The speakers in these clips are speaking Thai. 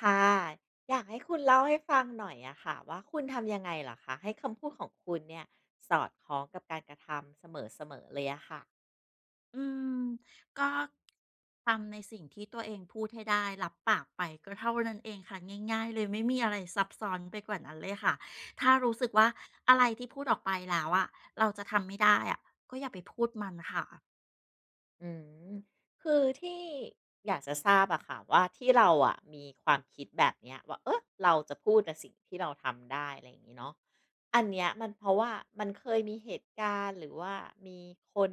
ค่ะอยากให้คุณเล่าให้ฟังหน่อยอะค่ะว่าคุณทำยังไงเหรอคะให้คำพูดของคุณเนี่ยสอดคล้องกับการกระทำเสมอๆเลยอะค่ะ อืมก็ทำในสิ่งที่ตัวเองพูดให้ได้รับปากไปก็เท่านั้นเองค่ะง่ายๆเลยไม่มีอะไรซับซ้อนไปกว่านั้นเลยค่ะถ้ารู้สึกว่าอะไรที่พูดออกไปแล้วอะเราจะทำไม่ได้อะก็อย่าไปพูดมันค่ะ อืมคือที่อยากจะทราบอะค่ะว่าที่เราอะมีความคิดแบบเนี้ยว่าเออเราจะพูดแต่สิ่งที่เราทำได้อะไรอย่างงี้เนาะอันเนี้ยมันเพราะว่ามันเคยมีเหตุการณ์หรือว่ามีคน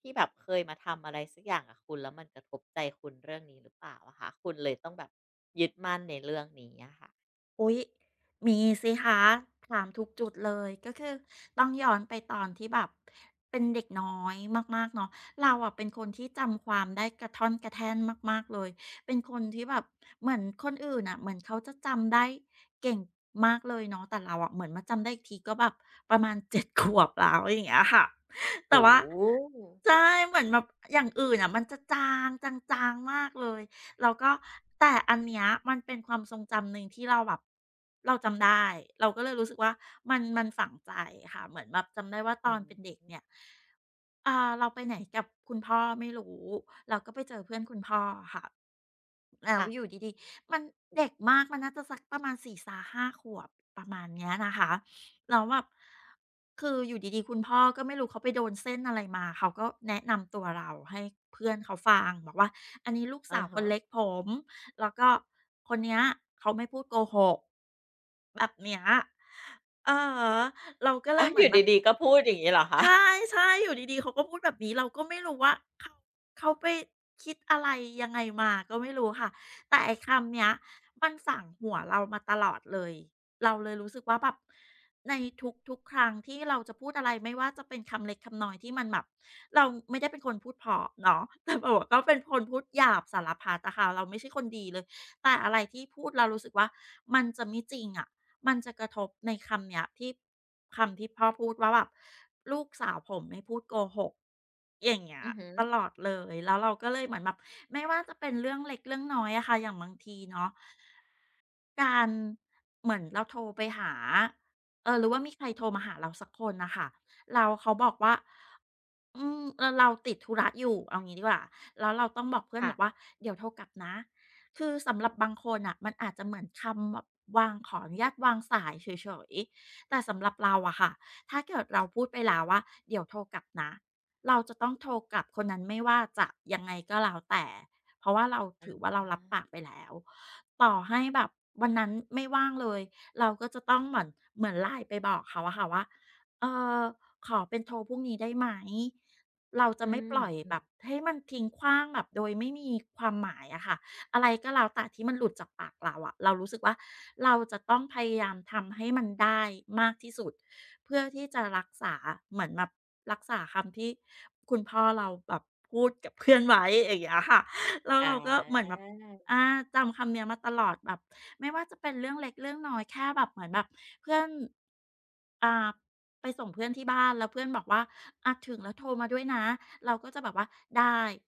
ที่แบบเคยมาทำอะไรสักอย่างกับคุณแล้วมันกระทบใจคุณเรื่องนี้หรือเปล่าอะคะคุณเลยต้องแบบยึดมั่นในเรื่องนี้อะค่ะอุ๊ยมีสิคะถามทุกจุดเลยก็คือต้องย้อนไปตอนที่แบบเป็นเด็กน้อยมากๆเนาะเราอะเป็นคนที่จำความได้กระท่อนกระแท่นมากๆเลยเป็นคนที่แบบเหมือนคนอื่นน่ะเหมือนเขาจะจำได้เก่งมากเลยเนาะแต่เราอะเหมือนมาจำได้อีกทีก็แบบประมาณ7ขวบแล้วอย่างเงี้ยค่ะโอ้แต่ว่าใช่เหมือนแบบอย่างอื่นน่ะมันจะจางๆมากเลย แล้วก็แต่อันเนี้ยมันเป็นความทรงจำหนึ่งที่เราแบบเราจำได้เราก็เลยรู้สึกว่ามันฝังใจค่ะเหมือนแบบจำได้ว่าตอือนเป็นเด็มกเนี่ย อ่าเราไปไหนกับคุณพ่อไม่รู้เราก็ไปเจอเพื่อนคุณพ่อค่ะแล้วค่ะอยู่ดีๆมันเด็กมากมันน่าจะสักประมาณสสี่สาห้าขวบประมาณเนี้ยนะคะแล้วแบบคืออยู่ดีๆคุณพ่อก็ไม่รู้เขาไปโดนเส้นอะไรมาเขาก็แนะนำตัวเราให้เพื่อนเขาฟังบอกว่าอันนี้ลูกอะสาวคฮะนเล็กผมแล้วก็คนเนี้ยเขาไม่พูดโกหกแบบเนี้ยอือฮึเราก็เลยอ้าวเหอมือนยู่แบบ ดีๆก็พูดอย่างนี้เหรอคะใช่ๆอยู่ดีๆเขาก็พูดแบบนี้เราก็ไม่รู้ว่าเขาเขาไปคิดอะไรยังไงมาก็ไม่รู้ค่ะแต่ไอ้คำเนี้ยมันฝังหัวเรามาตลอดเลยเราเลยรู้สึกว่าแบบในทุกๆครั้งที่เราจะพูดอะไรไม่ว่าจะเป็นคำเล็กคำน้อยที่มันแบบเราไม่ได้เป็นคนพูดเพราะเนาะ แต่แบบว่าก็เป็นคนพูดหยาบสารพัดอะค่ะเราไม่ใช่คนดีเลยแต่อะไรที่พูดเรารู้สึกว่ามันจะไม่จริงอะ มันจะกระทบในคำเนี้ยที่คำที่พ่อพูดว่าแบบลูกสาวผมไม่พูดโกหกอย่างเงี้ยอือหือตลอดเลยแล้วเราก็เลยเหมือนแบบไม่ว่าจะเป็นเรื่องเล็กเรื่องน้อยอะค่ะอย่างบางทีเนาะ การเหมือนเราโทรไปหาเออหรือว่ามีใครโทรมาหาเราสักคนน่ะค่ะแล้วเขาบอกว่าอืมเออเราติดธุระอยู่เอางี้ดีกว่าแล้วเราต้องบอกเพื่อนค่ะบอกว่าเดี๋ยวโทรกลับนะคือสำหรับบางคนน่ะมันอาจจะเหมือนคำแบบวางขออนุญาตวางสายเฉยๆแต่สำหรับเราอะค่ะถ้าเกิดเราพูดไปแล้วว่าเดี๋ยวโทรกลับนะเราจะต้องโทรกลับคนนั้นไม่ว่าจะยังไงก็แล้วแต่ เพราะว่าเราถืออาว่าเรารับปากไปแล้ว ต่อให้แบบวันนั้นไม่ว่างเลย เราก็จะต้องเหมือนไล n ไปบอกเขาอะค่ะว่าเอ่อขอเป็นโทรพรุ่งนี้ได้ไหม เราจะอืไม่ปม ล่อยแบบให้มันทิ้งขว้างแบบโดยไม่มีความหมายอะค่ะอะไรก็แล้วแต่ที่มันหลุดจากปากเราอะเรารู้สึกว่าเราจะต้องพยายามทำให้มันได้มากที่สุดเพื่อที่จะรักษาเหมือนแบบรักษาคำที่คุณพ่อเราแบบพูดกับเพื่อนไว้อย่างเงี้ยค่ะ แล้วอาเราก็เหมือนแบบอาจำคำเนี้ยมาตลอดแบบไม่ว่าจะเป็นเรื่องเล็กเรื่องน้อยแค่แบบเหมือนแบบเพื่อนอ่าไปส่งเพื่อนที่บ้านแล้วเพื่อนบอกว่าอาถึงแล้วโทรมาด้วยนะเราก็จะแบบว่าได้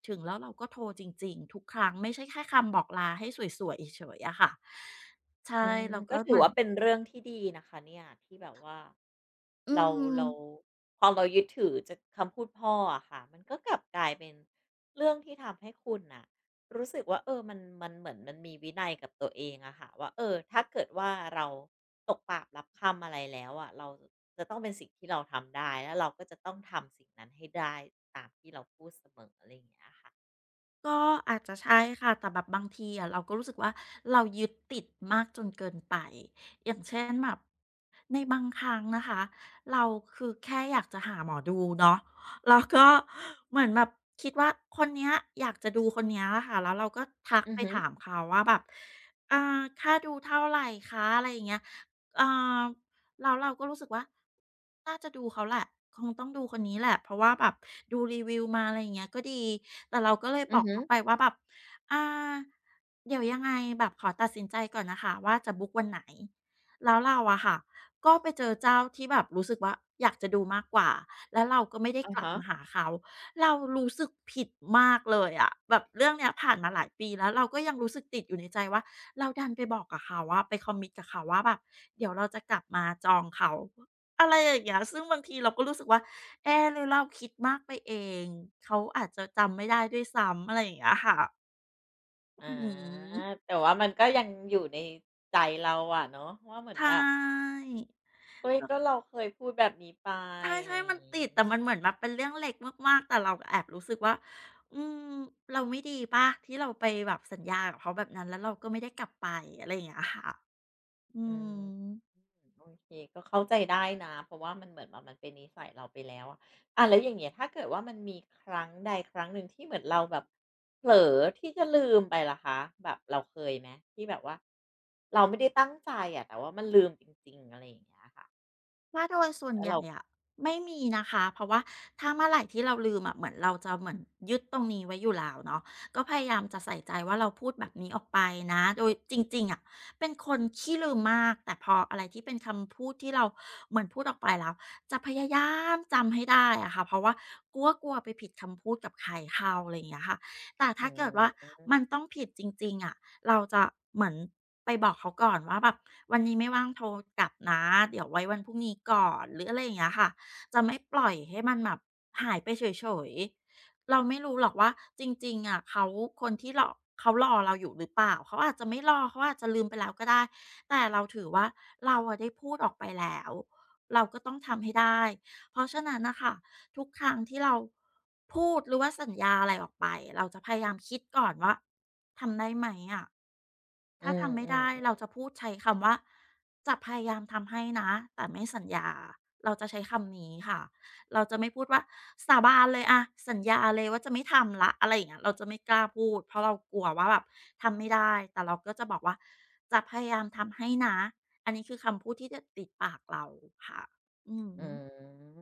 ถึงแล้วเราก็โทรจริงๆทุกครั้งไม่ใช่แค่คำบอกลาให้สวยๆเฉยๆอะค่ะใช่อืมเราก็ก็ถืเหอมือนว่าเป็นเรื่องที่ดีนะคะเนี่ยที่แบบว่าอืเราม เราพอเรายึดถือจากคำพูดพ่ออะค่ะมันก็กลับกลายเป็นเรื่องที่ทำให้คุณน่ะรู้สึกว่าเออมันเหมือนมันมีวินัยกับตัวเองอะค่ะว่าเออถ้าเกิดว่าเราตกปากรับคำอะไรแล้วอะเราจะต้องเป็นสิ่งที่เราทำได้แล้วเราก็จะต้องทำสิ่งนั้นให้ได้ตามที่เราพูดเสมออะไรอย่างเงี้ยค่ะก็อาจจะใช่ค่ะแต่แบบบางทีอะเราก็รู้สึกว่าเรายึดติดมากจนเกินไปอย่างเช่นแบบในบางครั้งนะคะเราคือแค่อยากจะหาหมอดูเนาะแล้วก็เหมือนแบบคิดว่าคนเนี้ยอยากจะดูคนเนี้ยแหละค่ะแล้วเราก็ทักอือไปฮึถามเขาว่าแบบอ่าค่าดูเท่าไหร่คะอะไรอย่างเงี้ยอ่ แล้วเราก็รู้สึกว่าน่าจะดูเขาแหละคงต้องดูคนนี้แหละเพราะว่าแบบดูรีวิวมาอะไรอย่างเงี้ยก็ดีแต่เราก็เลยบอืออกฮึเขาไปว่าแบบอ่าเดี๋ยวยังไงแบบขอตัดสินใจก่อนนะคะว่าจะบุ๊กวันไหนแล้วเราอะค่ะก็ไปเจอเจ้าที่แบบรู้สึกว่าอยากจะดูมากกว่าแล้วเราก็ไม่ได้อะกลับมาฮะ หาเขา เรารู้สึกผิดมากเลยอะแบบเรื่องเนี้ยผ่านมาหลายปีแล้วเราก็ยังรู้สึกติดอยู่ในใจว่าเราดันไปบอกกับเขาว่าไปคอมมิ t กับเขาว่าแบบเดี๋ยวเราจะกลับมาจองเขาอะไรอย่างเงี้ยซึ่งบางทีเราก็รู้สึกว่าเอ๊ะหรือเราคิดมากไปเองเขาอาจจะจำไม่ได้ด้วยซ้ำอะไรอย่างเงี้ยค่ะอาอื้อฮือแต่ว่ามันก็ยังอยู่ในใจเราอะเนาะว่าเหมือใชนแบบ่ เฮ้ยก็เราเคยพูดแบบนี้ไปใอะไรช่อๆย่ามังนติงี้ดแต่มันเหมือนแบบเป็นเรื่องเล็กมากๆ แต่เราก็แอบรู้สึกว่า อืม เราไม่ดีป่ะที่เราไปแบบสัญญากับเขาแบบนั้นแล้วเราก็ไม่ได้กลับไปอะไรอย่างเงี้ยค่ะ อือืม มโอเคก็เข้าใจได้นะเพราะว่ามันเหมือนแบบมันเป็นนิสัยเราไปแล้วอะอาแล้วอย่างเงี้ยถ้าเกิดว่ามันมีครั้งใดครั้งหนึ่งที่เหมือนเราแบบเผลอที่จะลืมไปล่ะคะแบบเราเคยไหมที่แบบว่าเราไม่ได้ตั้งใจอะแต่ว่ามันลืมจริงๆอะไรอย่างเงี้ยค่ะว่าโดยส่วนแล้วใหเราญ่อะไม่มีนะคะเพราะว่าถ้าเมื่อไหรที่เราลืมอะเหมือนเราจะเหมือนยึดตรงนี้ไว้อยู่แล้วเนาะก็พยายามจะใส่ใจว่าเราพูดแบบนี้ออกไปนะโดยจริงๆอะเป็นคนขี้ลืมมากแต่พออะไรที่เป็นคำพูดที่เราเหมือนพูดออกไปแล้วจะพยายามจำให้ได้อะค่ะเพราะว่ากลัวกลัวไปผิดคำพูดกับใครเข้าอะไรอย่างเงี้ยค่ะแต่อืถ้าเกิดว่ามมันต้องผิดจริงๆอะ เราจะเหมือนไปบอกเขาก่อนว่าแบบวันนี้ไม่ว่างโทรกลับนะเดี๋ยวไว้วันพรุ่งนี้ก่อนหรืออะไรอย่างเงี้ยค่ะจะไม่ปล่อยให้มันแบบหายไปเฉยๆเราไม่รู้หรอกว่าจริงๆอะเขาคนที่รอเขารอเราอยู่หรือเปล่าเขาอาจจะไม่รอเขาอาจจะลืมไปแล้วก็ได้แต่เราถือว่าเราอะได้พูดออกไปแล้วเราก็ต้องทำให้ได้เพราะฉะนั้นนะคะทุกครั้งที่เราพูดหรือว่าสัญญาอะไรออกไปเราจะพยายามคิดก่อนว่าทำได้ไหมอะ อืถ้าทำไม่อได้เราๆ จะพูดใช้คำว่าจะพยายามทำให้นะแต่ไม่สัญญาเราจะใช้คำนี้ค่ะเราจะไม่พูดว่าสาบานเลยอะสัญญาเลยว่าจะไม่ทำละอะไรอย่างเงี้ยเราจะไม่กล้าพูดเพราะเรากลัวว่าแบบทำไม่ได้แต่เราก็จะบอกว่าจะพยายามทำให้นะอันนี้คือคำพูดที่จะติดปากเราค่ะอืมอืม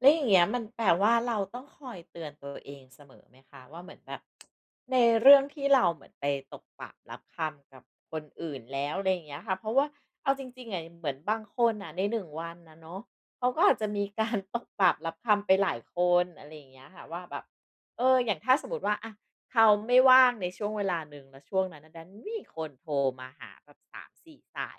แล้วอย่างเงี้ยมันแปลว่าเราต้องคอยเตือนตัวเองเสมอไหมคะว่าเหมือนแบบ ในเรื่องที่เราเหมือนไปตกปากรับคำกับคนอื่นแล้วอะไรอย่างเงี้ยค่ะเพราะว่าเอาจริงๆอะเหมือนบางคนน่ะในหนึ่งวันนะเนาะเขาก็อาจจะมีการ ตกปากรับคำไปหลายคนอะไรอย่างเงี้ยค่ะว่าแบบเอออย่างถ้าสมมุติว่าอะเขาไม่ว่างในช่วงเวลาหนึ่งแล้วช่วงนั้นนะดันมีคนโทรมาหาแบบ3-4สาย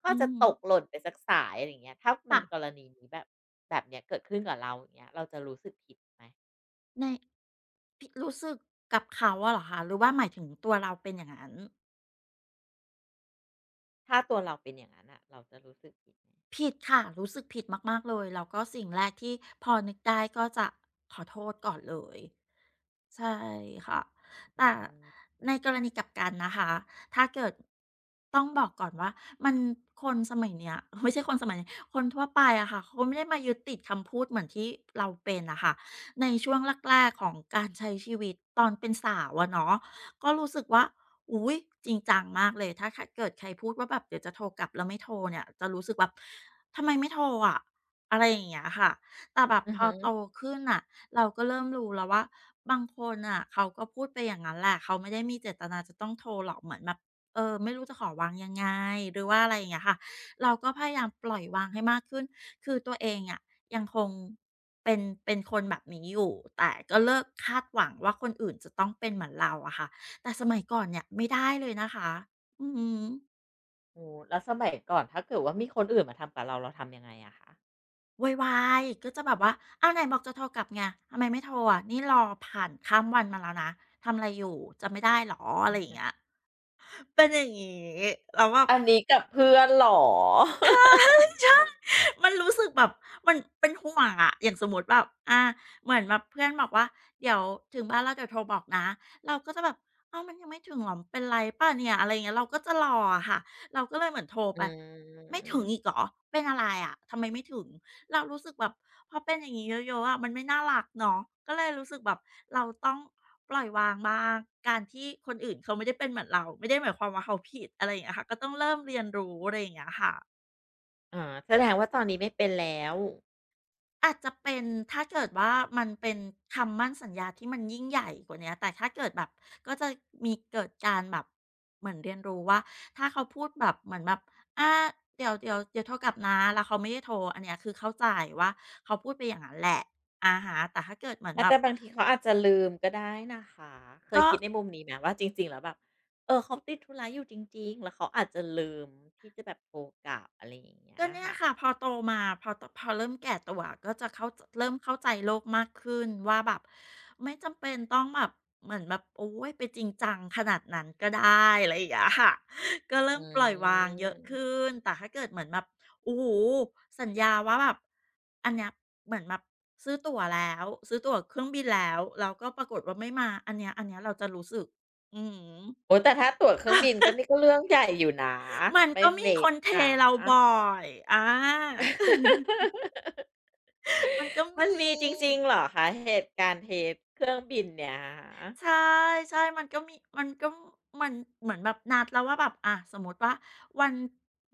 ก็อือาจจะมตกหล่นไปสักสายอะไรอย่างเงี้ยถ้ามันค่ะกรณีนี้แบบแบบเนี้ยเกิดขึ้นกับเราอย่างเงี้ยเราจะรู้สึกผิดไหม ในพิรู้สึกกับเขาอะเหรอคะหรือว่าหมายถึงตัวเราเป็นอย่างนั้น ถ้าตัวเราเป็นอย่างนั้นน่ะเราจะรู้สึกผิดไหมผิดค่ะรู้สึกผิดมากๆเลยแล้วก็สิ่งแรกที่พอนึกได้ก็จะขอโทษก่อนเลยใช่ค่ะอืแต่มในกรณีกลับกันนะคะถ้าเกิดต้องบอกก่อนว่ามันคนสมัยเนี้ย ไม่ใช่คนสมัยนี้คนทั่วไปอะค่ะเขาไม่ได้มายึดติดคำพูดเหมือนที่เราเป็นน่ะค่ะในช่วงแรกๆของการใช้ชีวิตตอนเป็นสาวอะเนาะ ก็รู้สึกว่า อุ๊ยจริงจังมากเลยถ้าเกิดใครพูดว่าแบบเดี๋ยวจะโทรกลับแล้วไม่โทรเนี่ย จะรู้สึกแบบทำไมไม่โทรอะอะไรอย่างเงี้ยค่ะ แต่แบบอือพอฮึโตขึ้นน่ะเราก็เริ่มรู้แล้วว่าบางคนน่ะเขาก็พูดไปอย่างงั้นแหละเขาไม่ได้มีเจตนาจะต้องโทรหรอกเหมือนแบบเออไม่รู้จะขอวางยังไงหรือว่าอะไรอย่างเงี้ยค่ะเราก็พยายามปล่อยวางให้มากขึ้นคือตัวเองอะยังคงเป็นเป็นคนแบบนี้อยู่แต่ก็เลิกคาดหวังว่าคนอื่นจะต้องเป็นเหมือนเราอะค่ะ แต่สมัยก่อนเนี่ยไม่ได้เลยนะคะอือหืโอ้โฮแล้วสมัยก่อนถ้าเกิดว่ามีคนอื่นมาทำกับเราเราทำยังไงอะคะ อวายวายก็จะแบบว่าเอาวไหนบอกจะโทรกลับไงทำไมไม่โทรอ่ะนี่รอผ่านข้ามวันมาแล้วนะ ทำอะไรอยู่ จะไม่ได้หรออะไรอย่างเงี้ยเป็นอย่างงี้แล้วว่า อันนี้กับเพื่อนเหรอ มันรู้สึกแบบมันเป็นห่วงอะอย่างสมมติแบบอาเหมือนแบบเพื่อนบอกว่าเดี๋ยวถึงบ้านแล้วเดี๋ยวโทรบอกนะเราก็จะแบบอ้าวมันยังไม่ถึงเหรอเป็นไรเปล่าเนี่ยอะไรอย่างเงี้ยเราก็จะรออะค่ะเราก็เลยเหมือนโทรอืไปไม่ถึงมอีกเหรอเป็นอะไรอะทำไมไม่ถึงเรารู้สึกแบบพอเป็นอย่างงี้เยอะๆอะมันไม่น่ารักเนาะก็เลยรู้สึกแบบเราต้องปล่อยวางบ้างการที่คนอื่นเขาไม่ได้เป็นเหมือนเราไม่ได้หมายความว่าเขาผิดอะไรอย่างเงี้ยค่ะก็ต้องเริ่มเรียนรู้อะไรอย่างเงี้ยค่ะ อ๋อแสดงว่าตอนนี้ไม่เป็นแล้ว อาจจะเป็นถ้าเกิดว่ามันเป็นคำมั่นสัญญาที่มันยิ่งใหญ่กว่าเนี้ยแต่ถ้าเกิดแบบก็จะมีเกิดการแบบเหมือนเรียนรู้ว่าถ้าเขาพูดแบบเหมือนแบบอาเดี๋ยวโทรกลับนะแล้วเขาไม่ได้โทรอันเนี้ยคือเข้าใจว่าเขาพูดไปอย่างนั้นแหละอาฮะแต่ถ้าเกิดเหมือนอาแบบแต่บางทีเขาอาจจะลืมก็ได้นะคะเคยก็ คิดในมุมนี้ไหมว่าจริงๆแล้วแบบเออเขาติดธุระอยู่จริงๆแล้วเขาอาจจะลืมที่จะแบบโทรกลับอะไรอย่างเงี้ยก็เนี่ยค่ะค่ะพอโตมาพอตพอเริ่มแก่ตัวก็จะเข้าเริ่มเข้าใจโลกมากขึ้นว่าแบบไม่จำเป็นต้องแบบเหมือนแบบโอ้ยไปจริงจังขนาดนั้นก็ได้อะไรอย่างเงี้ยค่ะก็เริ่อืมปล่อยวางเยอะมขึ้นแต่ถ้าเกิดเหมือนแบบโอ้โหสัญญาว่าแบบอันเนี้ยเหมือนแบบซื้อตั๋วแล้วซื้อตั๋วเครื่องบินแล้วแล้วก็ปรากฏว่าไม่มาอันเนี้ยอันเนี้ยเราจะรู้สึกอืมโอ้แต่ถ้าตั๋วเครื่องบินก็นี่ก็เรื่องใหญ่อยู่นะมันไม่ก็มีเล็คกนเทนะ เราบ่อยอา มันก็มันมีมีจริงๆเหรอคะเหตุการณ์เทสเครื่องบินเนี่ยใช่ๆมันก็มีมันก็มันเหมือนแบบนัดแล้วว่าแบบอะสมมติว่าวัน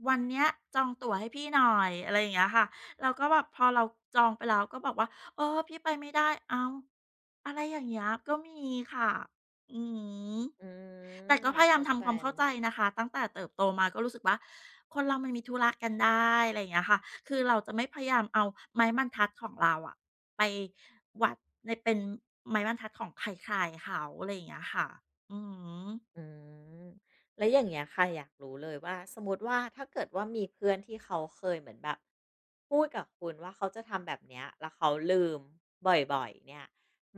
วันเนี้ยจองตั๋วให้พี่หน่อยอะไรอย่างเงี้ยค่ะเราก็แบบพอเราจองไปแล้วก็บอกว่าเออพี่ไปไม่ได้อ้าวอะไรอย่างเงี้ยก็มีค่ะอือฮอืึ แต่มก็พยายามเข้าใจทำความเข้าแล้ใจว นะคะตั้งแต่เติบโตมาก็รู้สึกว่าคนเรามันมีธุระกันได้อะไรอย่างเงี้ยค่ะคือเราจะไม่พยายามเอาไม้บรรทัดของเราอะไปวัดในเป็นไม้บรรทัดของใครๆเขาอะไรอย่างเงี้ยค่ะอือฮึ อืมแล้วอย่างเงี้ยค่ะอยากรู้เลยว่าสมมติว่าถ้าเกิดว่ามีเพื่อนที่เขาเคยเหมือนแบบพูดกับคุณว่าเขาจะทำแบบเนี้ยแล้วเขาลืมบ่อยๆเนี่ย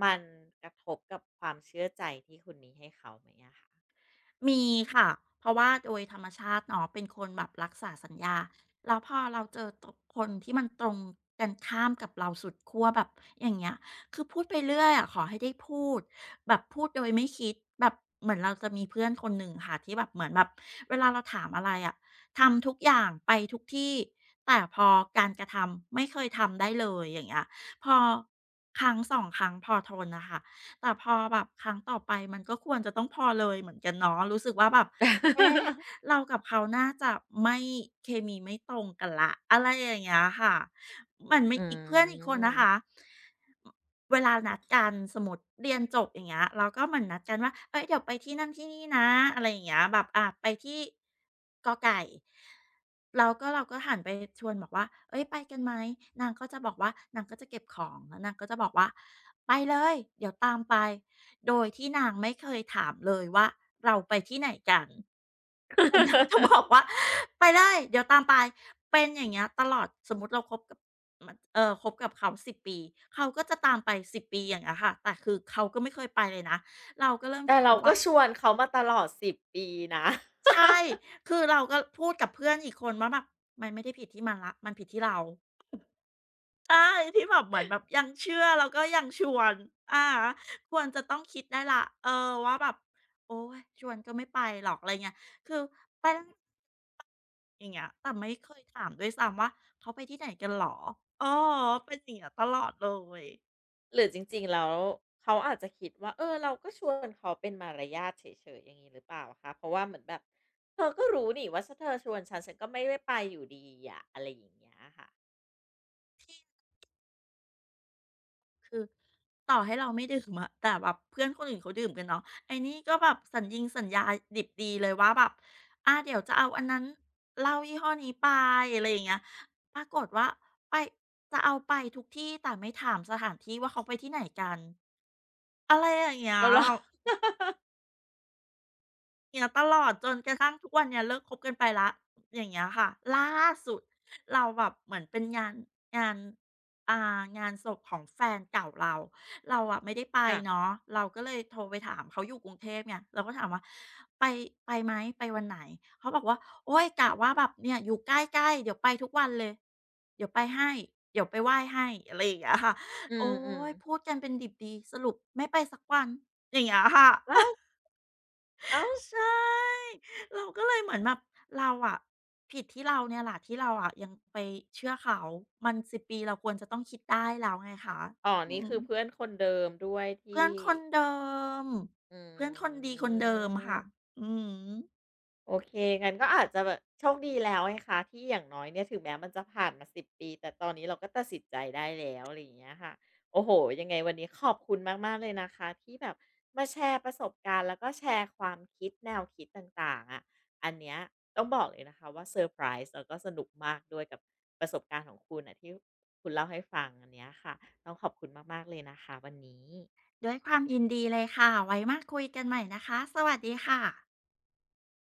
มันกระทบกับความเชื่อใจที่คุณมีให้เขาไหมอะคะ มีค่ะเพราะว่าโดยธรรมชาติเนาะเป็นคนแบบรักษาสัญญาแล้วพอเราเจอตคนที่มันตรงกันข้ามกับเราสุดขั้วแบบอย่างเงี้ยคือพูดไปเรื่อยอะขอให้ได้พูดแบบพูดโดยไม่คิดแบบเหมือนเราจะมีเพื่อนคนหนึ่งค่ะที่แบบเหมือนแบบเวลาเราถามอะไรอะทำทุกอย่างไปทุกที่แต่พอการกระทำไม่เคยทำได้เลยอย่างเงี้ยพอครั้งสองครั้งพอทนนะคะ แต่พอแบบครั้งต่อไปมันก็ควรจะต้องพอเลยเหมือนกันเนาะรู้สึกว่าแบบเอ๊ะ เรากับเขาน่าจะไม่เคมีไม่ตรงกันแล้วอะไรอย่างเงี้ยค่ะมันไม่อือีกเพื่อนอีกคนนะคะ ม เวลานัดกันสมมุติเรียนจบอย่างเงี้ยเราก็เหมือนนัดกันว่าเฮ้ยเดี๋ยวไปที่นั่นที่นี่นะอะไรอย่างเงี้ยแบบอ่าไปที่กอไก่แล้วก็เราก็หันไปชวนบอกว่าเฮ้ยไปกันไหมนางก็จะบอกว่านางก็จะเก็บของแล้วนางก็จะบอกว่าไปเลยเดี๋ยวตามไปโดยที่นางไม่เคยถามเลยว่าเราไปที่ไหนกัน แต่อยากจะบอ กว่าไปได้เดี๋ยวตามไปเป็นอย่างเงี้ยตลอดสมมุติเราคบกับมัเอ่อคบกับเขา10ปีเขาก็จะตามไป10ปีอย่างเงี้ยค่ะแต่คือเขาก็ไม่เคยไปเลยนะแต่เราก็ชวนเขามาตลอด10ปีนะ ใช่คือเราก็พูดกับเพื่อนอีกคนว่าแบบมันไม่ได้ผิดที่มันแล้วมันผิดที่เราใช่ที่แบบเหมือนแบบยังเชื่อแล้วก็ยังชวนอะฮะควรจะต้องคิดได้แล้วเออว่าแบบโอ๊ยชวนก็ไม่ไปหรอกอะไรเงี้ยคือไป อย่างเงี้ยแต่ไม่เคยถามด้วยซ้ำว่าเขาไปที่ไหนกันเหรอเออเป็นอย่างเงี้ยตลอดเลยหรือจริงๆแล้วเขาอาจจะคิดว่าเออเราก็ชวนเขาเป็นมารยาทเฉยๆอย่างนี้หรือเปล่าคะเพราะว่าเหมือนแบบเธอก็รู้นี่ว่าถ้าเธอชวนฉันฉันก็ไม่ได้ไปอยู่ดีอะอะไรอย่างเงี้ยค่ะคือต่อให้เราไม่ดื่มอะแต่แบบเพื่อนคนอื่นเขาดื่มกันเนาะไอ้นี่ก็แบบสัญญิงสัญญาดิบดีเลยว่าแบบอาเดี๋ยวจะเอาอันนั้นเหล้ายี่ห้อนี้ไปอะไรอย่างเงี้ยปรากฏว่าไปจะเอาไปทุกที่แต่ไม่ถามสถานที่ว่าเขาไปที่ไหนกันอะไรอย่างเงี้ย เรา เรอเงี้ยตลอดจนกระทั่งทุกวันเนี่ยเลิกคบกันไปแล้วอย่างเงี้ยค่ะล่าสุดเราแบบเหมือนเป็นงานงานอ่างานศพของแฟนเก่าเราเราอะไม่ได้ไปค่ะเนาะเราก็เลยโทรไปถามเขาอยู่กรุงเทพเนี่ยเราก็ถามว่าไปไปไหมไปวันไหนเขาบอกว่าโอ๊ยกะว่าแบบเนี่ยอยู่ใกล้ๆเดี๋ยวไปทุกวันเลยเดี๋ยวไปให้เดี๋ยวไปไหว้ให้อะไรอย่างเงี้ยค่ะอืโอ๊มอืมยพูดกันเป็นดิบดีสรุปไม่ไปสักวันอย่างเงี้ยค่ะ เอ้าวอ้าใช่เราก็เลยเหมือนแบบเราอะผิดที่เราเนี่ยแหละที่เราอะยังไปเชื่อเขามัน10ปีเราควรจะต้องคิดได้แล้วไงคะอ๋ออืนี่คืมอเพื่อนคนเดิมด้วยเพื่ที่อนคนเดิมอเพื่อนคนืดีคนเดิมค่ะม อือฮึโอเคงั้นก็อาจจะแบบโชคดีแล้วไงคะที่อย่างน้อยเนี่ยถึงแม้มันจะผ่านมา10ปีแต่ตอนนี้เราก็ตัดสินใจได้แล้วอะไรอย่างเงี้ยค่ะโอ้โหยังไงวันนี้ขอบคุณมากๆเลยนะคะที่แบบมาแชร์ประสบการณ์แล้วก็แชร์ความคิดแนวคิดต่างๆอะอันเนี้ยต้องบอกเลยนะคะว่าเซอร์ไพรส์แล้วก็สนุกมากด้วยกับประสบการณ์ของคุณน่ะที่คุณเล่าให้ฟังอันเนี้ยค่ะต้องขอบคุณมากๆเลยนะคะวันนี้ด้วยความยินดีเลยค่ะไว้มาคุยกันใหม่นะคะสวัสดีค่ะ